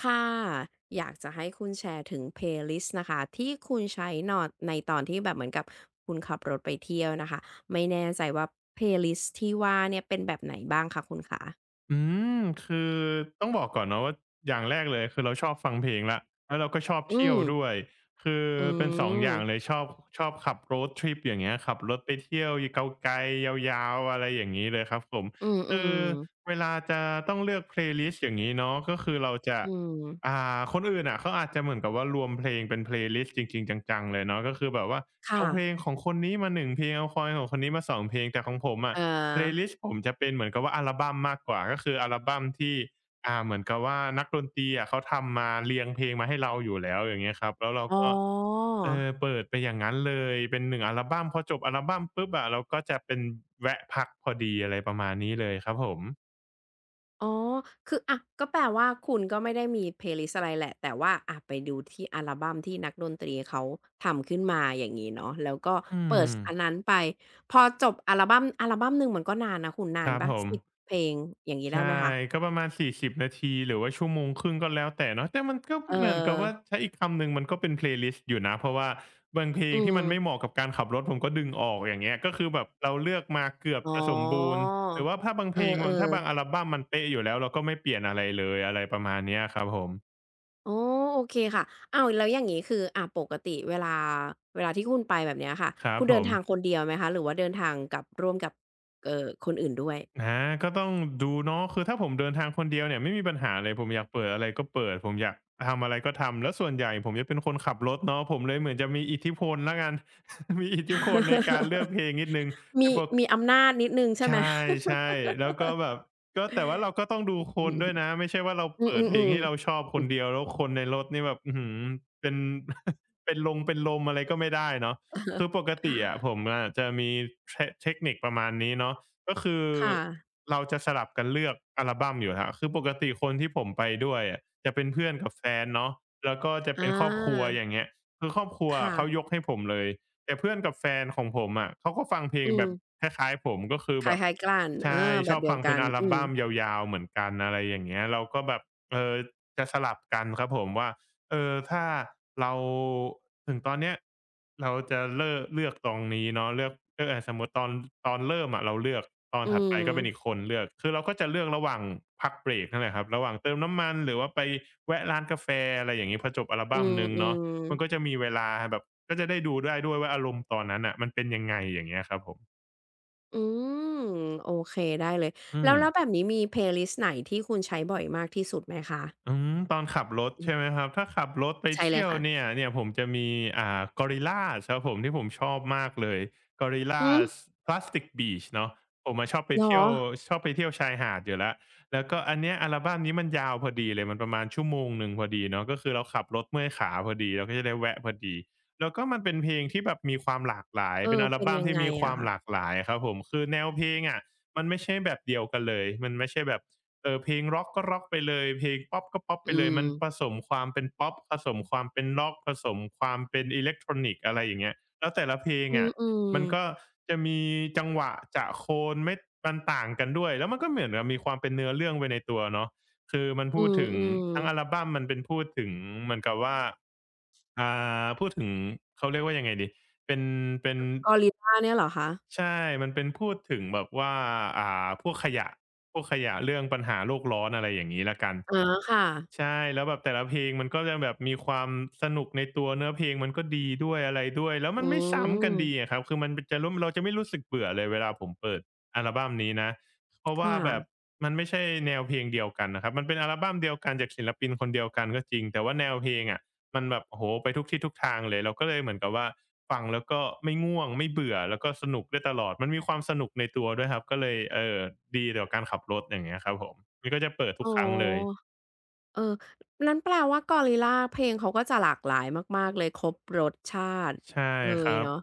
ค่ะอยากจะให้คุณแชร์ถึงเพลย์ลิสต์นะคะที่คุณใช้นอนในตอนที่แบบเหมือนกับคุณขับรถไปเที่ยวนะคะไม่แน่ใจว่าเพลย์ลิสต์ที่ว่าเนี่ยเป็นแบบไหนบ้างคะคุณขาอืมคือต้องบอกก่อนเนาะว่าอย่างแรกเลยคือเราชอบฟังเพลงแล้วเราก็ชอบอืเที่ยวมด้วยคืออืเป็นสองอมย่างเลยชอบขับ road trip อย่างเงี้ยขับรถไปเที่ยวไกลๆยาวๆอะไรอย่างงี้เลยครับผมอืคือมๆเวลาจะต้องเลือกเพลย์ลิสต์อย่างงี้เนาะก็คือเราจะอืมคนอื่นน่ะเขาอาจจะเหมือนกับว่ารวมเพลงเป็นเพลย์ลิสต์จริงๆจังๆ เลยเนาะก็คือแบบว่าค่ะเอาเพลงของคนนี้มาหนึ่งเพลงเอาคอยของคนนี้มาสองเพลงแต่ของผมอะ เอ่อ playlist ผมจะเป็นเหมือนกับว่าอัลบัมมากกว่าก็คืออัลบัมที่เหมือนกับว่านักดนตรีอะเขาทำมาเรียงเพลงมาให้เราอยู่แล้วอย่างเงี้ยครับแล้วเราอ๋ก็อ เออเปิดไปอย่างงั้นเลยเป็นหนึ่งอัลบัมพอจบอัลบัมปุ๊บอะเราก็จะเป็นแวะพักพอดีอะไรประมาณนี้เลยครับผมอ๋อคืออะก็แปลว่าคุณก็ไม่ได้มี playlist อะไรแหละ แต่ว่าอะไปดูที่อัลบัมที่นักดนตรีเขาทำขึ้นมาอย่างงี้เนาะแล้วก็อืเปิมดสอันนั้นไป พอจบอัลบัมหนึ่งมันก็นานนะคุณนาคนรับเปล่าผม 10เพลงอย่างงี้ได้ไหมใช่คะก็ประมาณ40นาทีหรือว่าชั่วโมงครึ่งก็แล้วแต่เนาะแต่มันก็เเหมือนกับว่าออใช้อีกคำหนึ่งมันก็เป็น Playlist อยู่นะเพราะว่าบางเพลอืงที่มมันไม่เหมาะกับการขับรถผมก็ดึงออกอย่างเงี้ยก็คือแบบเราเลือกมาเกือบอ๋อจะสมบูรณ์หรือว่าถ้าบางเพเออลงถ้าบาๆงอัลบัมมันเป๊ะอยู่แล้วเราก็ไม่เปลี่ยนอะไรเลยอะไรประมาณเนี้ยครับผมอ๋อโอเคค่ะอ้าวแล้วอย่างงี้คืออะปกติเวลาที่คุณไปแบบเนี้ยค่ะครับคุณผเดินม ทางคนเดียวไหมคะหรือว่าเดินทางกับร่วมกับคนอื่นด้วย อาก็ต้องดูเนาะคือถ้าผมเดินทางคนเดียวเนี่ยไม่มีปัญหาเลยผมอยากเปิดอะไรก็เปิดผมอยากทำอะไรก็ทำแล้วส่วนใหญ่ผมจะเป็นคนขับรถเนาะผมเลยเหมือนจะมีอิทธิพลแล้วกัน มีอิทธิพลในการเลือกเพลงนิดนึง แต่มีปก มีอำนาจนิดหนึ่งใช่ไหใช่ม ใช่แล้วก็แบบก็แต่ว่าเราก็ต้องดูคนด้วย นะไม่ใช่ว่าเราอืมอือเปิอืดอเพลอืองให้เราชอบคอืนเดียวแล้วคนในรถนี่แบบอื้อฮือเป็น เป็นลมอะไรก็ไม่ได้เนาะอ คือปกติอะผ มอะจะมีเทเทคนิคประมาณนี้เนาะก็คือค่ะเราจะสลับกันเลือกอัลบัมอยู่ครับคือปกติคนที่ผมไปด้วยอะจะเป็นเพื่อนกับแฟนเนาะแล้วก็จะอเป็นครอบครัวาอย่างเงี้ยคือครอบครัวอะเขายค่ะกให้ผมเลย แต่เพื่อนกับแฟนของผมอะเขาก็ฟังเพลอืงแบบมคล้ายๆผมก็คือคแบบล้ายๆกันเอใช่อแบชอบบเดียฟัวงเป็กันนอัลอืมบัมยาวๆเหมือนกันอะไรอย่างเงี้ยเราก็แบบเอ่อจะสลับกันครับผมว่าถ้าเราถึงตอนเนี้ยเราจะเลือกตรงนี้เนาะเลือกอาสมมุติตอนเริ่มอะเราเลือกตอนอืถัดมไปก็เป็นอีกคนเลือกคือเราก็จะเลือกระหว่างพักเบรกนั่นแหละครับระหว่างเติมน้ำมันหรือว่าไปแวะร้านกาแฟอะไรอย่างงี้พอจบอัลอืบัมมหนึ่งอืเนาะมมันก็จะมีเวลาแบบ ก็จะได้ดูได้ด้วยว่าอารมณ์ตอนนั้นน่ะมันเป็นยังไงอย่างเงี้ยครับผมอืมโอเคได้เลย อืแล้วม แล้วแบบนี้มีเพลย์ลิสต์ไหนที่คุณใช้บ่อยมากที่สุดไหมคะอืมตอนขับรถอืมใช่ไหมครับถ้าขับรถไปใช่เลเที่ยยวค่ะเนี่ยผมจะมีGorillaz ครับผมที่ผมชอบมากเลย หือ Gorillaz Plastic Beach เนาะผมอะชอบไปเหรอเที่ยวชอบไปเที่ยวชายหาดอยู่แล้วแล้วก็อันเนี้ยอัลบัมนี้มันยาวพอดีเลยมันประมาณชั่วโมงหนึ่งพอดีเนาะก็คือเราขับรถเมื่อยขาพอดีเราก็จะได้แวะพอดีแล้วก็มันเป็นเพลงที่แบบมีความหลากหลายเอเป็นออัลเป็นบัมยังที่ไงมีคอะวามคะหลากหลายอะครับผมคือแนวเพลงอะมันไม่ใช่แบบเดียวกันเลยมันไม่ใช่แบบ เออเพลงร็อกก็ร็อกไปเลยเพลงป๊อปก็ป๊อปไปอืเลยมมันผสมความเป็นป๊อปผสมความเป็นร็อกผสมความเป็นอิเล็กทรอนิกส์อะไรอย่างเงี้ยแล้วแต่ละเพลงอือะมมันก็ๆจะมีจังหวะจะโคนไม่มันต่างกันด้วยแล้วมันก็เหมือนกับมีความเป็นเนื้อเรื่องไปในตัวเนาะคือมันอืพูดถึงมทั้งอัลๆ บัมมันเป็นพูดถึงเหมือนกับว่าอ่พูดถึงเขาเรียกว่ายังไงดีเป็นเป็น Gorillaz เนี่ยเหรอคะใช่มันเป็นพูดถึงแบบว่าอ่าพวกขยะพวกขยะเรื่องปัญหาโลกร้อนอะไรอย่างงี้แล้วกัน อ๋อค่ะ ใช่แล้วแบบแต่ละเพลงมันก็จะแบบมีความสนุกในตัวเนื้อเพลงมันก็ดีด้วยอะไรด้วยแล้วมัอืนไม่ซ้ำกันมดีอะครับคือมันจะรเราจะไม่รู้สึกเบื่อเลยเวลาผมเปิดอัลบัมนี้นะเพราะคว่าแบบ่ะมันไม่ใช่แนวเพลงเดียวกันนะครับมันเป็นอัลบัมเดียวกันจากศิลปินคนเดียวกันก็จริงแต่ว่าแนวเพลงอะมันแบบโอ้โฮไปทุกทิศทุกทางเลยเราก็เลยเหมือนกับว่าฟังแล้วก็ไม่ง่วงไม่เบื่อแล้วก็สนุกได้ตลอดมันมีความสนุกในตัวด้วยครับก็เลยดีต่อการขับรถอย่างเงี้ยครับผมมันก็จะเปิดทุอ๋กอครั้งเลย เออนั้นแปลว่ากอริล l าเพลงเขาก็จะหลากหลายมากๆเลยครบรสชาติใช่เลคยรับเนาะ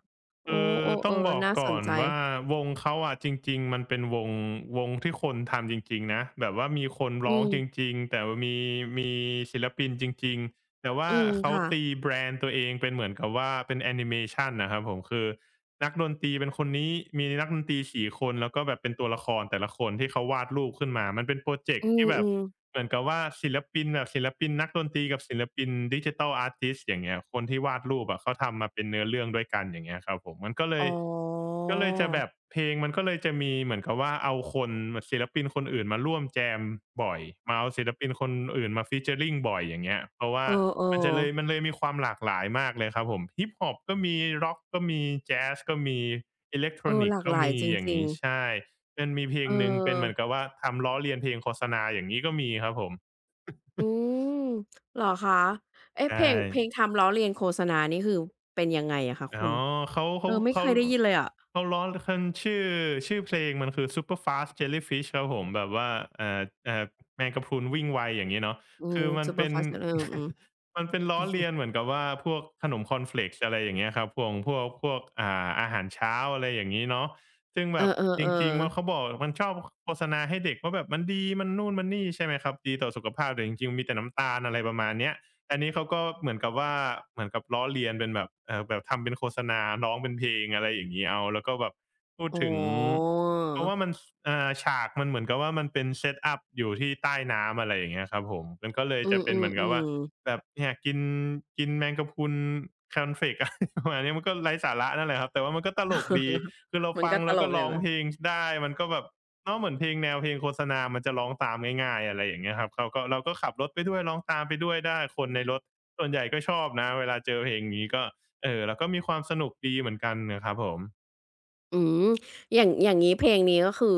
โอ้คือเอต้อองบอๆกน่าสก่อนนใจ ว่าวงเขาอะจริงๆมันเป็นวงที่คนทำจริงๆนะแบบว่ามีคนอืร้องจมริงๆแต่ว่ามีมีศิลปินจริงๆแต่ว่าอืมเขาค่ะตีแบรนด์ตัวเองเป็นเหมือนกับว่าเป็นแอนิเมชันนะครับผมคือนักดนตรีเป็นคนนี้มีนักดนตรีสี่คนแล้วก็แบบเป็นตัวละครแต่ละคนที่เขาวาดรูปขึ้นมามันเป็นพรอเจกอืต์ที่แบบ มๆเหมือนกับว่าศิลปินแบบศิลปินนักดนตรีกับศิลปิน Digital Artist อย่างเงี้ยคนที่วาดรูปอะเขาทำมาเป็นเนื้อเรื่องด้วยกันอย่างเงี้ยครับผมมันก็เลอ๋อยจะแบบเพลงมันก็เลยจะมีเหมือนกับว่าเอาคนศิลปินคนอื่นมาร่วมแจมบ่อยมาเอาศิลปินคนอื่นมา featuring บ่อยอย่างเงี้ยเพราะว่าเอมันจะอเลๆยมีความหลากหลายมากเลยครับผม Hip Hop ก็มี Rock ก็มีแจ๊สก็มีอิเล็กทรเอออนิกหลาส์กก็หลายมีจอย่างริงงี้ๆใช่ เป็นมีเพลเองอหนึ่งเป็นเหมือนกับว่าทำล้อเลียนเพลงโฆษณาอย่างงี้ก็มีครับผมอืมเหรอคะเอ๊ะใชเพลง่ ทำล้อเลียนโฆษณานี่คือเป็นยังไงอะคะอ๋อคุณเขาเออไม่เคยได้ยินเลยอะเขาล้อนคันชื่อเพลงมันคือ Superfast Jellyfish ครับผมแบบว่าเอ่อเอ่อแมงกะพรุนวิ่งไวอย่างงี้เนาะอืคืม อมันเป็น Superfast เอออืม มันเป็นล้อเลียนเหมือนกับว่าพวกขนมคอร์นเฟลกซ์อะไรอย่างเงี้ยครับพวงพวกอาหารเช้าอะไรอย่างงี้เนาะซึ่งเอแบอบจริงๆๆว่าๆ เขาบอกมันชอบโฆษณาให้เด็กว่าแบบมันดีมันนู่นมันนี่ใช่ไหมครับดีต่อสุขภาพแต่จริงๆมีแต่น้ำตาลอะไรประมาณเนี้ย อันนี้เขาก็เหมือนกับว่าเหมือนกับล้อเลียนเป็นแบบเออแบบทำเป็นโฆษณาร้องเป็นเพลงอะไรอย่างนี้เอาแล้วก็แบบ อ๋ถึงอเพราะว่ามันสฉากมันเหมือนกับว่ามันเป็นเซตอัปอยู่ที่ใต้น้ำอะไรอย่างเงี้ยครับผมมันก็เลยอืจะเป็นเหมือนกับว่ามๆแบบเนี่ยกินกินแมงกะพรุน cornflakes อะไรประมาณนี้มันก็ไร้สาระนั่นแหละครับแต่ว่ามันก็ตลกดีคือเราๆมันฟัก็งตแล้วลก็กอร้ยู่องนะเพลงชได้มันก็แบบเนาะเหมือนเพลงแนวเพลงโฆษณามันจะร้องตามง่ายๆอะไรอย่างเงี้ยครับเขาก็เราก็ขับรถไปด้วยร้องตามไปด้วยได้คนในรถส่วนใหญ่ก็ชอบนะเวลาเจอเพลงนี้ก็เราก็มีความสนุกดีเหมือนกันน่ะครับผม อืมอย่างอย่างงี้เพลงนี้ก็คือ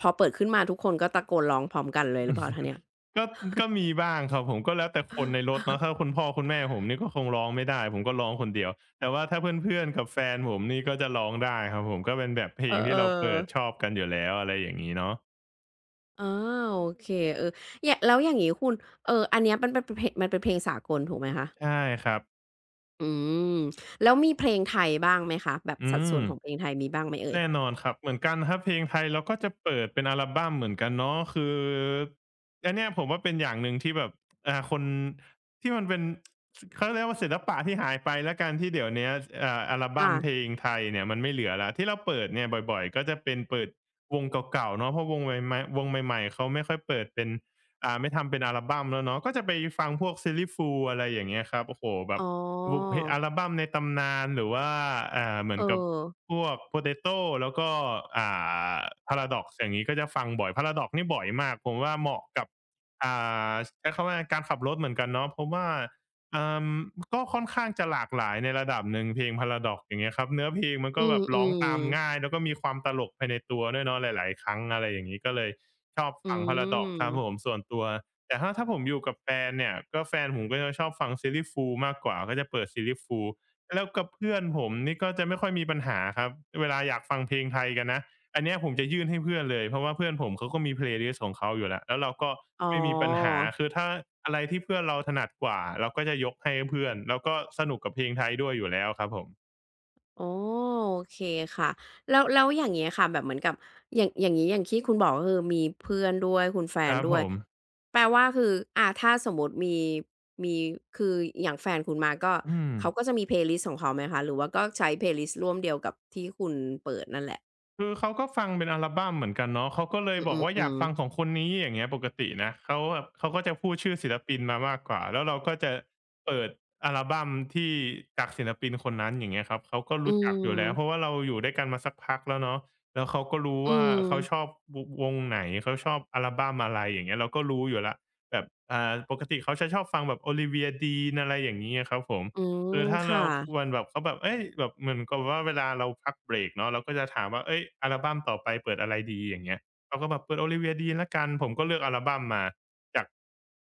พอเปิดขึ้นมาทุกคนก็ตะโกนร้องพร้อมกันเลยหรือเปล่าคะเนี่ยก็มีบ้างครับผมก็แล้วแต่คนในรถเนาะถ้าคุณพ่อคุณแม่ผมนี่ก็คงร้องไม่ได้ผมก็ร้องคนเดียวแต่ว่าถ้าเพื่อนๆกับแฟนผมนี่ก็จะร้องได้ครับผมก็เป็นแบบเพลเองที่เราอเปิดชๆอบกันอยู่แล้วอะไรอย่างงี้เนาะอาโอเคเออเนี่ยแล้วอย่างงี้คุณเอออันเนี้ยมันเป็นเพลงมันเป็นเพลงสากลถูกไหมคะใช่ครับอืมแล้วมีเพลงไทยบ้างไหมคะ แบบอืสัดส่ม วนของเพลงไทยมีบ้างไหมเอ่ยแน่นอนครับเหมือนกันครับเพลงไทยเราก็จะเปิดเป็นอัลบัมเหมือนกันเนาะคืออันเนี้ยผมว่าเป็นอย่างหนึ่งที่แบบคนที่มันเป็นเขาเรียกว่าศิลปะที่หายไปแล้วกันที่เดี๋ยวเนี้ยอัลบัค่ะมเพลงไทยเนี่ยมันไม่เหลือแล้วที่เราเปิดเนี่ยบ่อยๆก็จะเป็นเปิดวงเก่าๆเนาะเพราะวงใหม่ๆวงใหม่ๆเขาไม่ค่อยเปิดเป็นไม่ทำเป็นอัลบัมแล้วเนาะก็จะไปฟังพวก Sillyfool อะไรอย่างเงี้ยครับโอ้โฮแบอ๋บอวเพอัลบัมในตำนานหรือว่าเหมืเออนกับ อพวก Potato แล้วก็อ่า Paradox อย่างงี้ก็จะฟังบ่อย Paradox นี่บ่อยมากผมว่าเหมาะกับอ่าใช้คำว่าการขับรถเหมือนกันเนาะเพราะว่าอ่าก็ค่อนข้างจะหลากหลายในระดับหนึ่งเพลง Paradox อย่างเงี้ยครับเนื้อเพลงมันอืก็แบบร้องตามมๆง่ายแล้วก็มีความตลกไปในตัวด้วยเนาะหลายๆครั้งอะไรอย่างงี้ก็เลยชอบอืฟัง Paradox ครับผมมส่วนตัวแต่ถ้าผมอยู่กับแฟนเนี่ยก็แฟนผมก็จะชอบฟัง Silly Fools มากกว่าก็จะเปิด Silly Fools แล้วกับเพื่อนผมนี่ก็จะไม่ค่อยมีปัญหาครับเวลาอยากฟังเพลงไทยกันนะอันเนี้ยผมจะยื่นให้เพื่อนเลยเพราะว่าเพื่อนผมเขาก็มี playlist ของเขาอยู่แล้วแล้วเราก็อ๋อ ไม่มีปัญหาคือถ้าอะไรที่เพื่อนเราถนัดกว่าเราก็จะยกให้เพื่อนแล้วก็สนุกกับเพลงไทยด้วยอยู่แล้วครับผมอ๋อโอเคค่ะแล้วอย่างเงี้ยค่ะแบบเหมือนกับอย่างอย่างงี้อย่างที่คุณบอกก็คือมีเพื่อนด้วยคุณแฟคนรับด้ผวยมแปลว่าคืออ่าถ้าสมมุติมีคืออย่างแฟนคุณมาก็อืม เขาก็จะมี playlist ของเขาไหมคะหรือว่าก็ใช้ playlist ร่วมเดียวกับที่คุณเปิดนั่นแหละคือเขาก็ฟังเป็นอัลบั้มเหมือนกันเนาะเขาก็เลยอบอกว่าอืยากอๆฟัๆงของคนนี้อย่างเงี้ยปกตินะเขาแบบเขาก็จะพูดชื่อศิลปินมามากกว่าแล้วเราก็จะเปิดอัลบัมที่จากศิลปินคนนั้นอย่างเงี้ยครับเขาก็อืรู้จักอยู่แล้วเพราะมว่าเราอยู่ด้วยกันมาสักพักแล้วเนาะแล้วเขาก็รู้อืว่าเขาชมอบววงไหนเขาชอบอัลบัมอะไรอย่างเงี้ยเราก็รู้อยู่แล้วแบบปกติเขาจะชอบฟังแบบ Olivia Dean อะไรอย่างงี้อะครับผม อืคือมถ้าค่ะ เรามันแบบเขาแบบเอ้ยแบบเหมือนกับว่าเวลาเราพักเบรกเนาะเราก็จะถามว่าเฮ้ยอัลบัมต่อไปเปิดอะไรดีอย่างเงี้ยเขาก็แบบเปิด Olivia Dean แล้วกันผมก็เลือกอัลบัมมาจาก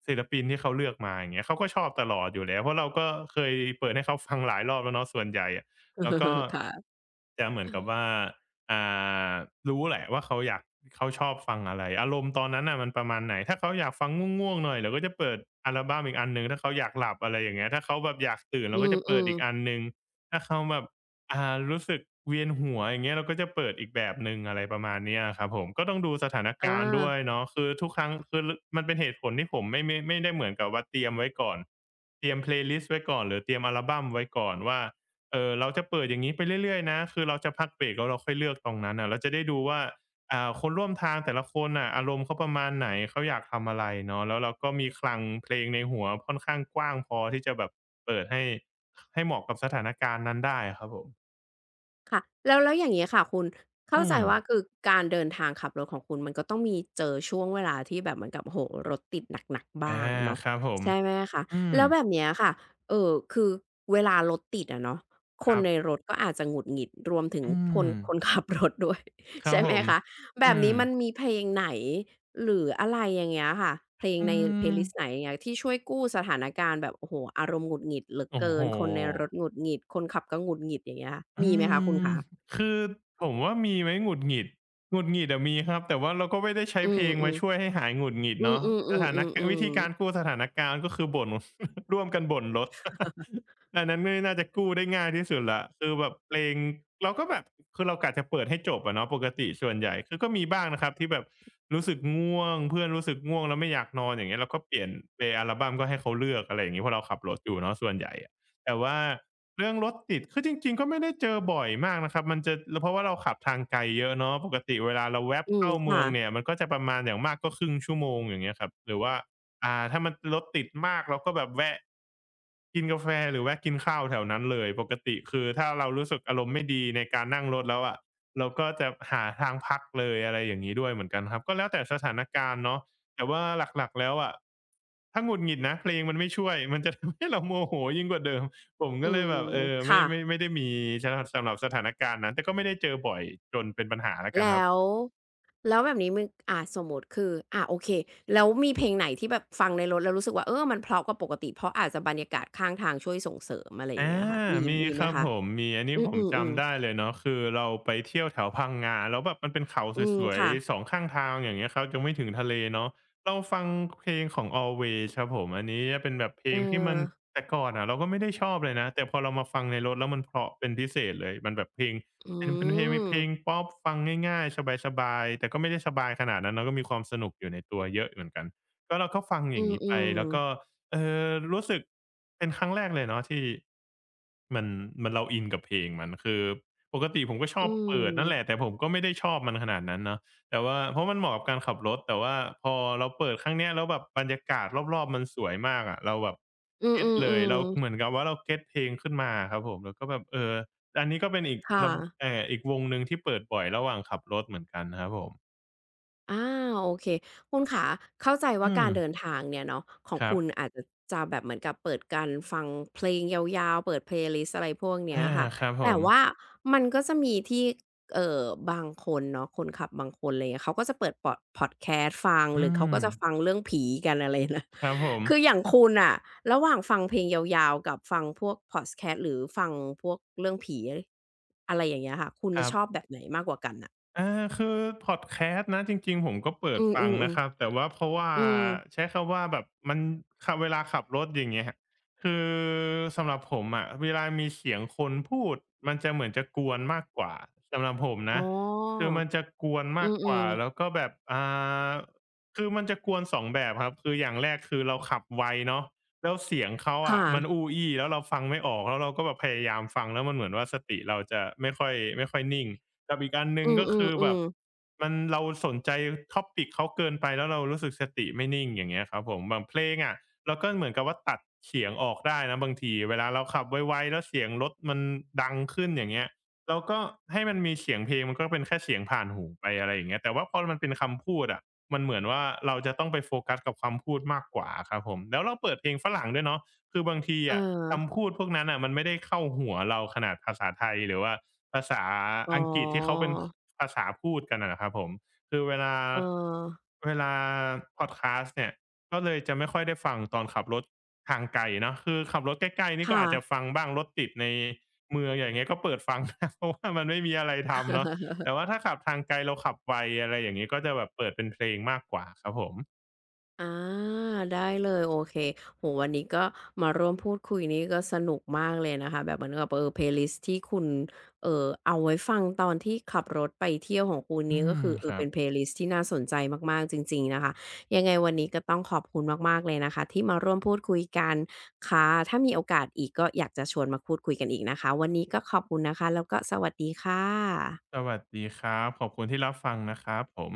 ศิลปินที่เขาเลือกมาอย่างเงี้ยเขาก็ชอบตลอดอยู่แล้วเพราะเราก็เคยเปิดให้เขาฟังหลายรอบแล้วเนาะส่วนใหญ่อะแล้วก็ ค่ะจะเหมือนกับว่า อ่ารู้แหละว่าเขาอยากเขาชอบฟังอะไรอารมณ์ตอนนั้นน่ะมันประมาณไหนถ้าเขาอยากฟังง่วงๆหน่อยเราก็จะเปิดอัลบัมอีกอันหนึ่งถ้าเขาอยากหลับอะไรอย่างเงี้ยถ้าเขาแบบอยากตื่นเราอืก็จะเปิดมอีกๆอันหนึ่งถ้าเขาแบบรู้สึกเวียนหัวอย่างเงี้ยเราก็จะเปิดอีกแบบหนึ่งอะไรประมาณเนี้ยครับผมก็ต้องดูสถานการณ์ด้อา วยเนาะคือทุกครั้งคือลมันเป็นเหตุผลที่ผมไม่ได้เหมือนกับว่าเตรียมไว้ก่อนเตรียมเพลย์ลิสต์ไว้ก่อนหรือเตรียมอัลบัมไว้ก่อนว่า เออเราจะเปิดอย่างนี้ไปเรื่อยๆนะคือเราจะพักเบรกแล้วเราค่อยเลือกตรงนั้นอ่ะเราจะได้ดูว่าคนร่วมทางแต่ละคนอ่ะอารมณ์เขาประมาณไหนเขาอยากทำอะไรเนาะแล้วเราก็มีคลังเพลงในหัวค่อนข้างกว้างพอที่จะแบบเปิดให้ให้เหมาะกับสถานการณ์นั้นได้ครับผมค่ะแล้วอย่างงี้ค่ะคุณเข้าอืใจมว่าคือการเดินทางขับรถของคุณมันก็ต้องมีเจอช่วงเวลาที่แบบเหมือนกับโอ้โฮรถติดหนักๆบ้าอางเนาะครับผมใช่ไหมคะอืมแล้วแบบเนี้ยค่ะคือเวลารถติดอะเนาะคคนรับในรถก็อาจจะหงุดหงิดรวมถึงอืคมนคน ขับรถด้วยครับใช่ผไหมมคะ แบอืบมนี้มันมีเพลงไหนหรืออะไรอย่างเงี้ยค่ะเพลงอืใน playlist ไหนมอย่างเงี้ยที่ช่วยกู้สถานการณ์แบบโอ้โฮอารมณ์หงุดหงิดเหลือโอ้เกิโฮ นคนในรถหงุดหงิดคนขับก็หงุดหงิดอย่างเงี้ยอืมีไหมคะคุณมคะคือผมว่ามีไหมหงุดหงิดหงุดหงิดอะมีครับแต่ว่าเราก็ไม่ได้ใช้อืเพลมงๆอืมามช่วยให้หายหงุดหงิดเนาะสถานะวิธีๆๆกาๆรๆกู้สถานการณ์ก็คือบ่น ร่วมกันบ่นรถ อันนั้นไม่น่าจะกู้ได้ง่ายที่สุดและคือแบบเพลงเราก็แบบคือเรากะจะเปิดให้จบอะเนาะปกติส่วนใหญ่คือก็มีบ้างนะครับที่แบบรู้สึกง่วงเพื่อนรู้สึกง่วงแล้วไม่อยากนอนอย่างเงี้ยเราก็เปลี่ยนเพลงอัลบัมก็ให้เขาเลือกอะไรอย่างงี้เพราะเราขับรถอยู่เนาะส่วนใหญ่อะแต่ว่า เรื่องรถติดคือจริงๆก็ไม่ได้เจอบ่อยมากนะครับมันจะเพราะว่าเราขับทางไกลเยอะเนาะปกติเวลาเราแว็บอืมเข้าเมืค่ะองเนี่ยมันก็จะประมาณอย่างมากก็ครึ่งชั่วโมงอย่างเงี้ยครับหรือว่าถ้ามันรถติดมากเราก็แบบแวะ กินกาแฟหรือแวะกินข้าวแถวนั้นเลยปกติคือถ้าเรารู้สึกอารมณ์ไม่ดีในการนั่งรถแล้วอะเราก็จะหาทางพักเลยอะไรอย่างงี้ด้วยเหมือนกันครับก็แล้วแต่สถานการณ์เนาะแต่ว่าหลักๆแล้วอะถ้าหงุดหงิดนะเพลงมันไม่ช่วยมันจะทำให้เราโมโหยิ่งกว่าเดิมผมอืก็เลยมแบบเออไม่ค่ะไม่ไม่ได้มีสำหรับสถานการณ์นั้นแต่ก็ไม่ได้เจอบ่อยจนเป็นปัญหาแล้วกันครัแล้บ วแล้วแบบนี้มันอ่าสมมุติคืออ่าโอเคแล้วมีเพลงไหนที่แบบฟังในรถแล้วรู้สึกว่าเออมันเพราะกว่าปกติเพราะอาจจะบรรยากาศข้างทางช่วยส่งเสริมอะไรอย่างอาเงี้ยค่ะมีมีมีไหคมรับคะผมมีอันนี้อืผมอๆจำๆได้เลยเนาะคือเราไปเที่ยวแถวพังงาแล้วแบบมันเป็นเขาอืมสวยค่ะ ๆ2ข้างทางอย่างเงี้ยครับยังไม่ถึงทะเลเนาะเราฟังเพลงของ Always ครับผมอันนี้จะเป็นแบบเพลเองที่มัอนแต่ก่อนอะเราก็ไม่ได้ชอบเลยนะแต่พอเรามาฟังในรถแล้วมันเพราะเป็นพิเศษเลยมันแบบเพลงอืเป็นเพลงมเพลงพอปฟังง่ายๆสบายๆแต่ก็ไม่ได้สบายขนาดนั้นแล้วก็มีความสนุกอยู่ในตัวเยอะเหมือนกันก็เราก็ฟังออืย่างงี้ไปมแล้วก็ ๆเอรู้สึกเป็นครั้งแรกเลยเนาะที่มันมันเราอินกับเพลงมันคือปกติผมก็ชอือบเปิดนั่นแหละมแต่ผมก็ไม่ได้ชอบมันขนาดนั้นเนาะแต่ว่าเพราะมันเหมาะกับการขับรถแต่ว่าพอเราเปิดครั้งเนี้ยแล้วแบบบรรยากาศรอบๆมันสวยมากอะเราแบบอืเก็ตเลยมเราเหมือนๆๆกับว่าเราเก็ตเพลงขึ้นมาอะครับผมแล้วก็แบบเอออันนี้ก็เป็นอีกค่ะ ละอีกวงหนึ่งที่เปิดบ่อยระหว่างขับรถเหมือนกันนะครับผมอาโอเคคุณขาเข้าใจอืว่ามการเดินทางเนี่ยเนาะของครัคุณบอาจจะแบบเหมือนกับเปิดการฟังเพลงยาวๆเปิดเพลย์ลิสต์อะไรพวกเนี้ยอาค่ะครับผแต่มว่ามันก็จะมีที่เอ่อบางคนเนาะคนขับบางคนอะไรเงี้ยเขาก็จะเปิดปอดพอดแคสต์ฟังหอืรือเขามก็จะฟังเรื่องผีกันอะไรนะ ครับผม คืออย่างคุณน่ะระหว่างฟังเพลงยาวๆกับฟังพวกพอดแคสต์หรือฟังพวกเรื่องผีอะไรอย่างเงี้ยค่ะคุณคจะรับ ชอบแบบไหนมากกว่ากันน่ะอาคือพอดแคสต์นะจริงๆผมก็เปิอืดอฟังนะครับๆแต่ว่าเพราะว่าๆอืม ใช้คำว่าแบบมันขเวลาขับรถอย่างเงี้ยคือสำหรับผมอะเวลามีเสียงคนพูดมันจะเหมือนจะกวนมากกว่าสำหรับผมอ๋อนะคือมันจะกวนอืมากกว่ามแล้วๆก็แบบาคือมันจะกวน2แบบครับคืออย่างแรกคือเราขับไวเนาะแล้วเสียงเขาอะค่ะมันอู้อี้แล้วเราฟังไม่ออกแล้วเราก็แบบพยายามฟังแล้วมันเหมือนว่าสติเราจะไม่ค่อยนิ่ง กับอีกอันหนึ่อืงก็คือแบมบๆๆมันเราสนใจ topic เขาเกินไปแล้วเรารู้สึกสติไม่นิ่งอย่างเงี้ยครับผมแบบเพลงอะเราก็เหมือนกับว่าตัดเสียงออกได้นะบางทีเวลาเราขับไวๆแล้วเสียงรถมันดังขึ้นอย่างเงี้ยเราก็ให้มันมีเสียงเพลงมันก็เป็นแค่เสียงผ่านหูไปอะไรอย่างเงี้ยแต่ว่าพอมันเป็นคำพูดอะมันเหมือนว่าเราจะต้องไปโฟกัสกับคำพูดมากกว่าอะครับผมแล้วเราเปิดเพลงฝรั่งด้วยเนาะ คือบางทีเอออะคำพูดพวกนั้นอ่ะมันไม่ได้เข้าหัวเราขนาดภาษาไทยหรือว่าภาษาอ๋ออังกฤษที่เขาเป็นภาษาพูดกันอะนะครับผมคือเวลาเออเวลาพอดแคาสต์เนี่ยก็เลยจะไม่ค่อยได้ฟังตอนขับรถทางไกลเนาะคือขับรถใกล้ๆนี่ก็ค่ะ อาจจะฟังบ้างรถติดในเมืองอย่างเงี้ยก็เปิดฟัง เพราะว่ามันไม่มีอะไรทำเนาะแต่ว่าถ้าขับทางไกลเราขับไวอะไรอย่างงี้ก็จะแบบเปิดเป็นเพลงมากกว่าครับผมอาได้เลยโอเคโหวันนี้ก็มาร่วมพูดคุยนี่ก็สนุกมากเลยนะคะแบบเหมือนกับเออเพลย์ลิสที่คุณเออเอาไว้ฟังตอนที่ขับรถไปเที่ยวของคุณอืนี้ก็มคือเอคอรัเป็บ นเพลย์ลิสที่น่าสนใจมากๆจริงๆนะคะยังไงวันนี้ก็ต้องขอบคุณมากๆเลยนะคะที่มาร่วมพูดคุยกันค่ะถ้ามีโอกาสอีกก็อยากจะชวนมาพูดคุยกันอีกนะคะวันนี้ก็ขอบคุณนะคะแล้วก็สวัสดีค่ะสวัสดีครับขอบคุณที่รับฟังนะครับผม